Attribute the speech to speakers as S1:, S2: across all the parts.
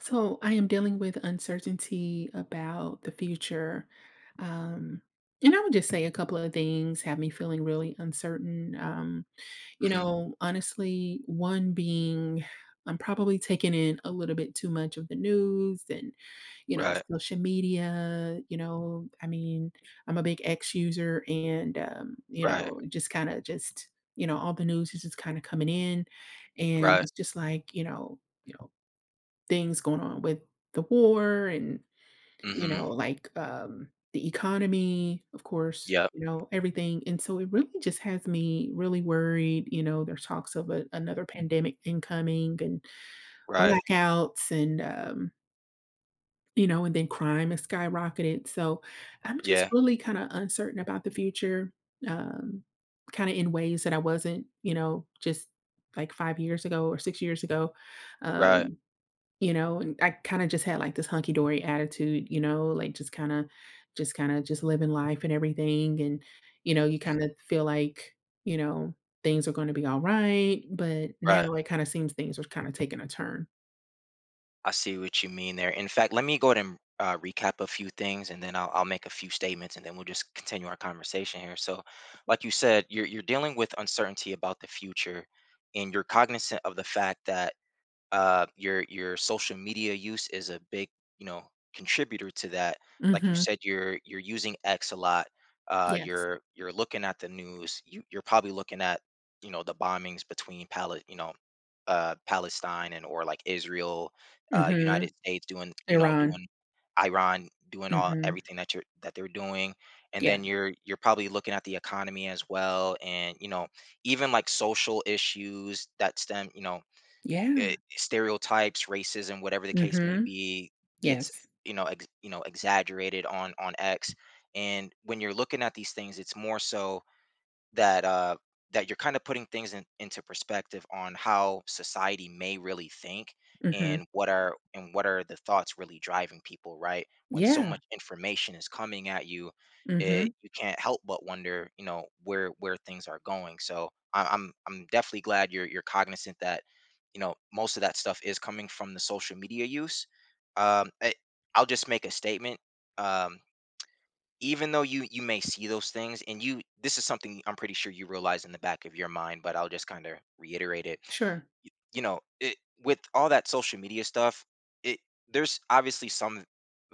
S1: So I am dealing with uncertainty about the future. Um, and I would just say a couple of things have me feeling really uncertain. You
S2: Mhm.
S1: know, honestly, one being I'm probably taking in a little bit too much of the news and, you know,
S2: Right,
S1: social media. You know, I mean, I'm a big X user and, you
S2: right,
S1: know, just kind of you know, all the news is just kind of coming in. And
S2: right.
S1: it's just like, you know, things going on with the war and, you
S2: Mhm.
S1: know, like, the economy, of course,
S2: Yep.
S1: you know, everything, and so it really just has me really worried. You know, there's talks of a another pandemic incoming and
S2: Right.
S1: blackouts and, you know, and then crime has skyrocketed, so I'm just
S2: Yeah.
S1: really kinda uncertain about the future, um, kinda in ways that I wasn't, you know, just, like, 5 years ago or 6 years ago,
S2: Right.
S1: um you know, and I kinda just had, like, this hunky dory attitude, you know, like, just kinda just kinda just living life and everything, and, you know, you kinda feel like, you know, things are gonna be alright, but
S2: Right.
S1: now it kinda seems things are kinda taking a turn.
S2: I see what you mean there. In fact, let me go ahead and recap a few things, and then I'll make a few statements, and then we'll just continue our conversation here. So, like you said, you're dealing with uncertainty about the future, and you're cognizant of the fact that your social media use is a big you know contributor to that. Like you
S1: Mhm.
S2: said, you're using X a lot.
S1: Yes.
S2: You're looking at the news. You're probably looking at the bombings between Palestine and or like Israel, United
S1: Mhm.
S2: States doing
S1: Iran.
S2: doing Iran doing all
S1: Mhm.
S2: everything that you're that they're doing, and
S1: Yeah.
S2: then you're probably looking at the economy as well, and you know even like social issues that stem
S1: Yeah.
S2: stereotypes, racism, whatever the case may
S1: Mhm.
S2: be, gets
S1: Yes.
S2: exaggerated on X. And when you're looking at these things, it's more so that that you're kind of putting into perspective on how society may really think
S1: Mhm.
S2: and what are the thoughts really driving people right when so
S1: Yeah.
S2: much information is coming at you
S1: Mhm.
S2: you can't help but wonder you know where things are going. So I'm definitely glad you're cognizant that you know most of that stuff is coming from the social media use. Um I, i'll just make a statement. um Even though you may see those things and you this is something I'm pretty sure you realize in the back of your mind, but I'll just kind of reiterate it.
S1: Sure.
S2: y- you know it, with all that social media stuff, it there's obviously some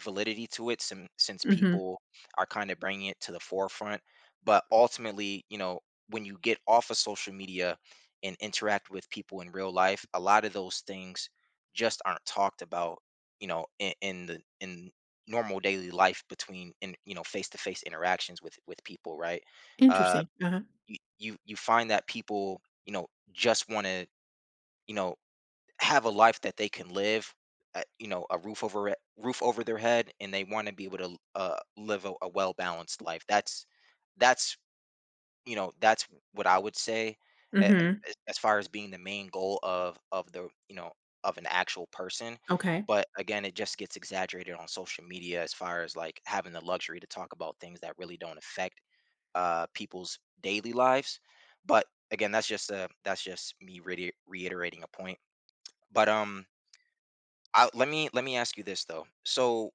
S2: validity to it, since
S1: Mhm.
S2: people are kind of bringing it to the forefront, but ultimately you know when you get off of social media and interact with people in real life a lot of those things just aren't talked about, you know, in normal daily life between in you know face to face interactions with people, right? Uh,
S1: Interesting. Uh-huh.
S2: you find that people you know just want to you know have a life that they can live, you know, a roof over roof over their head, and they want to be able to live a well balanced life that's that's you know that's what I would say a-
S1: Mhm.
S2: as far as being the main goal of the you know of an actual person,
S1: Okay.
S2: but again it just gets exaggerated on social media as far as like having the luxury to talk about things that really don't affect people's daily lives. But again that's just a that's just me reiterating a point. but um Let me let me ask you this though. So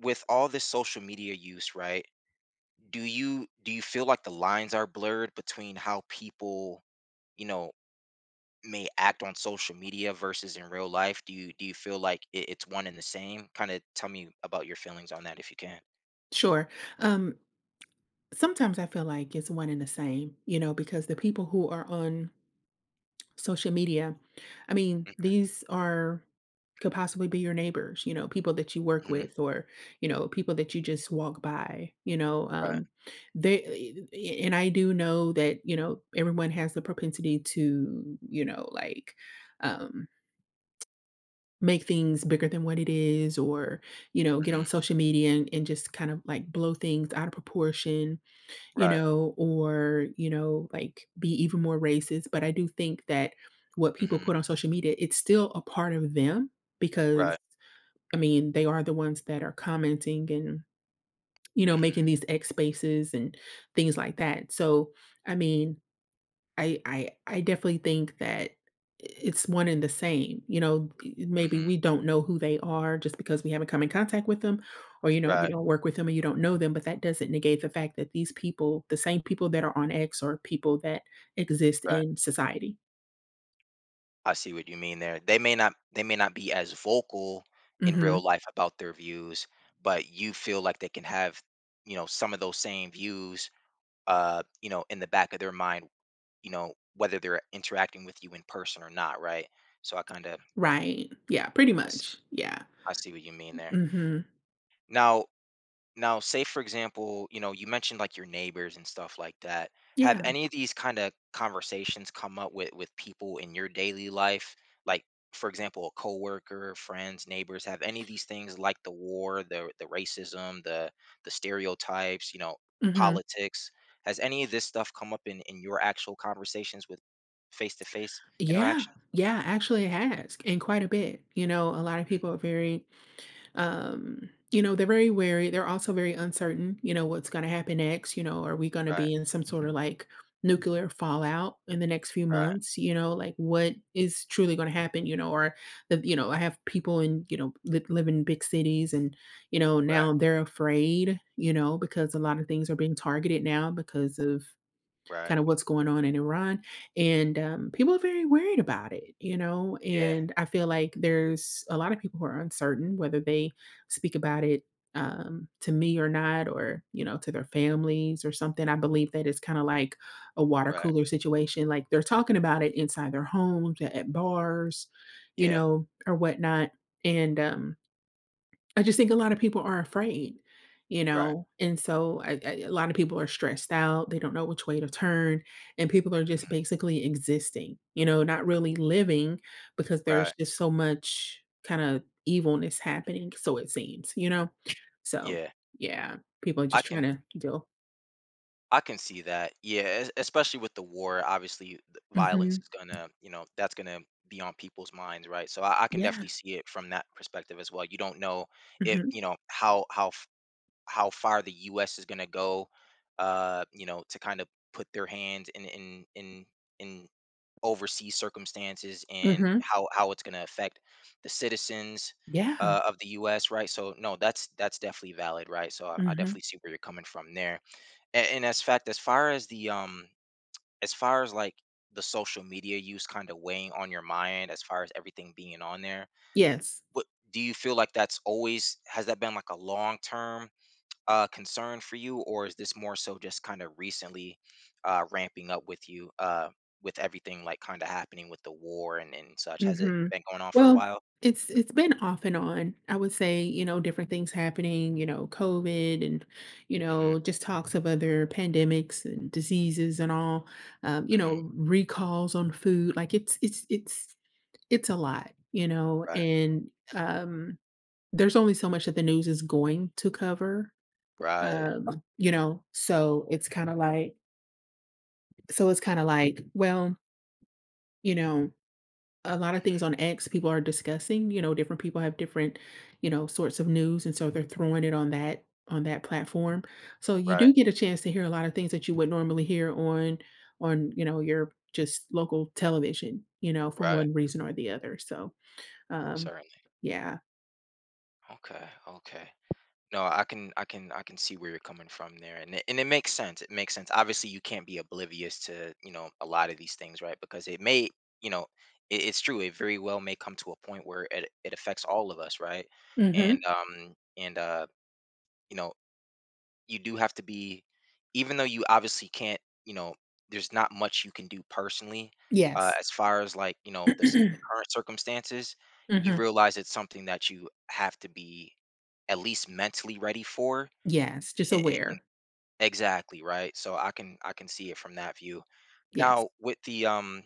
S2: with all this social media use, right, do you feel like the lines are blurred between how people you know may act on social media versus in real life? Do you do you feel like it's one and the same? Kind of tell me about your feelings on that if you can.
S1: Sure. Um Sometimes I feel like it's one and the same, you know, because the people who are on social media, I mean,
S2: Hmm.
S1: these are could possibly be your neighbors, you know, people that you work
S2: Hmm.
S1: with or, you know, people that you just walk by,
S2: Right.
S1: they. And I do know that, you know, everyone has the propensity to, you know, like um make things bigger than what it is or, you know, get
S2: Hmm.
S1: on social media and just kind of like blow things out of proportion, you
S2: Right.
S1: know, or, you know, like be even more racist. But I do think that what people
S2: Hmm.
S1: put on social media, it's still a part of them
S2: Right.
S1: because I mean, they are the ones that are commenting and, you know, making
S2: Hmm.
S1: these X spaces and things like that. So, I mean, I definitely think that it's one and the same, you know, e maybe
S2: Hmm.
S1: we don't know who they are just because we haven't come in contact with them or, you know, you
S2: Right.
S1: don't work with them and you don't know them, but that doesn't negate the fact that these people, the same people that are on X are people that exist
S2: Right.
S1: in society.
S2: I see what you mean there. They may not they may not be as vocal in
S1: Mhm.
S2: real life about their views, but you feel like they can have you know some of those same views, uh, you know, in the back of their mind, you know, whether they're interacting with you in person or not, right? So I kind of
S1: Right. Yeah, pretty
S2: s-
S1: much. Yeah.
S2: I see what you mean there.
S1: Mhm.
S2: Now, now, say for example, you know, you mentioned like your neighbors and stuff like that. Have
S1: Yeah.
S2: any of these kind of conversations come up with people in your daily life? Like, for example, a coworker, friends, neighbors. Have any of these things like the war, the racism, the stereotypes, you know,
S1: Mhm.
S2: politics? Has any of this stuff come up in your actual conversations with face to face
S1: Yeah.
S2: interaction?
S1: Yeah, actually it has, and quite a bit, you know, a lot of people are very. You know, they're very wary. They're also very uncertain, you know, what's going to happen next. You know, are we going to
S2: Right,
S1: be in some sort of like nuclear fallout in the next few
S2: right,
S1: months? You know, like what is truly going to happen? You know, or the, you know, I have people in, you know, live in big cities and, you know,
S2: right,
S1: now they're afraid, you know, because a lot of things are being targeted now because of
S2: right.
S1: kind of what's going on in Iran. And people are very worried about it, you know.
S2: Yeah,
S1: And I feel like there's a lot of people who are uncertain whether they speak about it, to me or not, or, you know, to their families or something. I believe that it's kind of like a water
S2: right,
S1: cooler situation. Like they're talking about it inside their homes, at bars, you
S2: yeah,
S1: know, or whatnot. And, um, I just think a lot of people are afraid, you
S2: right,
S1: know, and so I a lot of people are stressed out, they don't know which way to turn, and people are just
S2: mhm,
S1: basically existing, you know, not really living because there's
S2: right,
S1: just so much kinda evilness happening, so it seems, you know? So,
S2: yeah.
S1: yeah, people are
S2: I
S1: just trying
S2: can
S1: to deal.
S2: I can see that. Yeah, es especially with the war, obviously, the violence
S1: Mhm.
S2: is gonna, you know, that's gonna be on people's minds, right? So I can
S1: Yeah.
S2: definitely see it from that perspective as well. You don't know if,
S1: Mhm.
S2: you know, how far the US is gonna go, you know, to kind of put their hands in in oversee circumstances and
S1: Mhm.
S2: how it's going to affect the citizens
S1: Yeah.
S2: of the U.S. Right. So no, that's definitely valid. Right. So I
S1: Mhm.
S2: definitely see where you're coming from there. And as fact, as far as the as far as like the social media use kind of weighing on your mind, as far as everything being on there,
S1: Yes.
S2: what do you feel like that's always? Has that been like a long term concern for you, or is this more so just kind of recently ramping up with you with everything like kind of happening with the war, and such? Has it
S1: Mhm.
S2: been going on for a
S1: Well,
S2: while?
S1: it's been off and on. I would say, you know, different things happening, you know, COVID and, you
S2: Mm-hmm.
S1: know, just talks of other pandemics and diseases and all, you
S2: Mm-hmm.
S1: know, recalls on food. Like it's a lot, you know,
S2: Right.
S1: and um there's only so much that the news is going to cover.
S2: Right.
S1: Um, you know, so it's kind of like so it's kind of like, well, you know, a lot of things on X people are discussing, you know, different people have different, you know, sorts of news and so they're throwing it on that platform. So you
S2: Right.
S1: do get a chance to hear a lot of things that you would normally hear on, you know, your just local television, you know, for
S2: Right.
S1: one reason or the other. So, um
S2: Certainly.
S1: yeah.
S2: Okay. Okay. No, I can I can I can see where you're coming from there. And it makes sense. It makes sense. Obviously, you can't be oblivious to, you know, a lot of these things, right? Because it may, you know, it's true. It very well may come to a point where it affects all of us, right?
S1: Mhm.
S2: And you know, you do have to be even though you obviously can't, you know, there's not much you can do personally
S1: Yes.
S2: as far as like, you know, the current circumstances, you
S1: Mhm.
S2: realize it's something that you have to be at least mentally ready for
S1: Yes, just
S2: and,
S1: aware.
S2: exactly right. So I can see it from that view.
S1: Yes.
S2: Now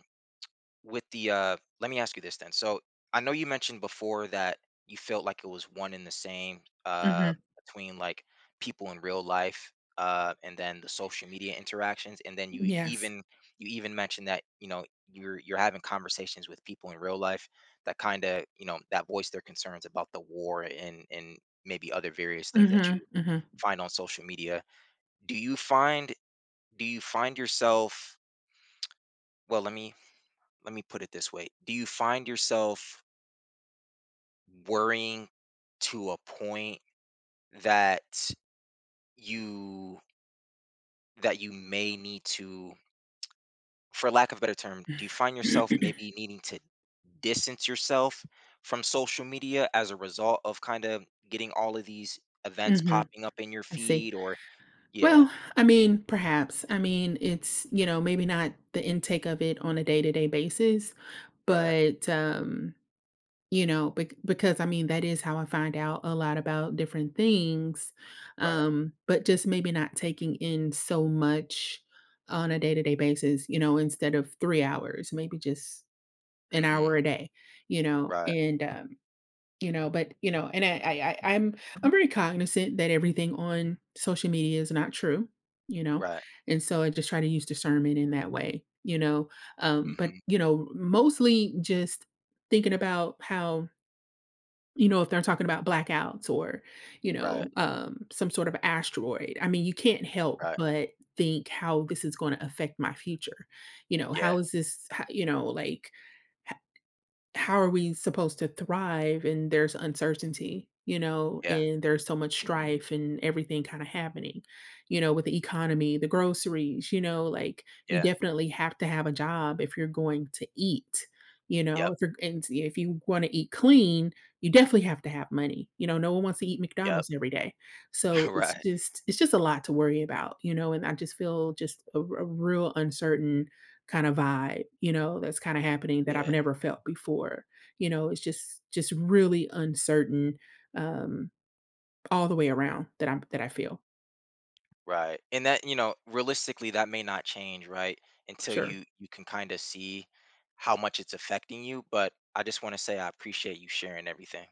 S2: with the let me ask you this then. So I know you mentioned before that you felt like it was one in the same
S1: Mhm.
S2: between like people in real life and then the social media interactions, and then
S1: Yes.
S2: you even mentioned that you know you're having conversations with people in real life that kind of you know that voice their concerns about the war and maybe other various things that
S1: Mhm,
S2: you
S1: mhm.
S2: find on social media. Do you find do you find yourself well, let me put it this way. Do you find yourself worrying to a point that you you may need to for lack of a better term, do you find yourself maybe needing to distance yourself from social media as a result of kind of getting all of these events
S1: Mhm.
S2: popping up in your
S1: I see.
S2: feed or yeah,
S1: Well, I mean, perhaps. I mean, it's, you know, maybe not the intake of it on a day-to-day basis,
S2: right,
S1: but you know, because I mean, that is how I find out a lot about different things.
S2: right.
S1: But just maybe not taking in so much on a day-to-day basis, you know, instead of 3 hours, maybe just an
S2: Mhm.
S1: hour a day, you know,
S2: Right,
S1: and you know, but, you know, and I'm very cognizant that everything on social media is not true, you know?
S2: right.
S1: And so I just try to use discernment in that way, you know? But,
S2: Mhm.
S1: you know, mostly just thinking about how, you know, if they're talking about blackouts or, you
S2: Right,
S1: know, some sort of asteroid, I mean, you can't help
S2: right.
S1: but think how this is going to affect my future. You know, how
S2: Yeah,
S1: is this, you know, like, how are we supposed to thrive and there's uncertainty, you know,
S2: yeah,
S1: and there's so much strife and everything kind of happening, you know, with the economy, the groceries, you know, like you
S2: yeah.
S1: definitely have to have a job if you're going to eat. You know,
S2: Yep,
S1: if you're and if you want to eat clean, you definitely have to have money. You know, no one wants to eat
S2: yep,
S1: McDonald's every day. So
S2: right,
S1: it's just a lot to worry about, you know, and I just feel just a real uncertain kind of vibe, you know, that's kind of happening that I've
S2: yeah,
S1: never felt before. You know, it's just really uncertain um all the way around that I'm that I feel.
S2: right, and that you know, realistically, that may not change, right, until
S1: Sure.
S2: you can kind of see how much it's affecting you, but I just want to say I appreciate you sharing everything.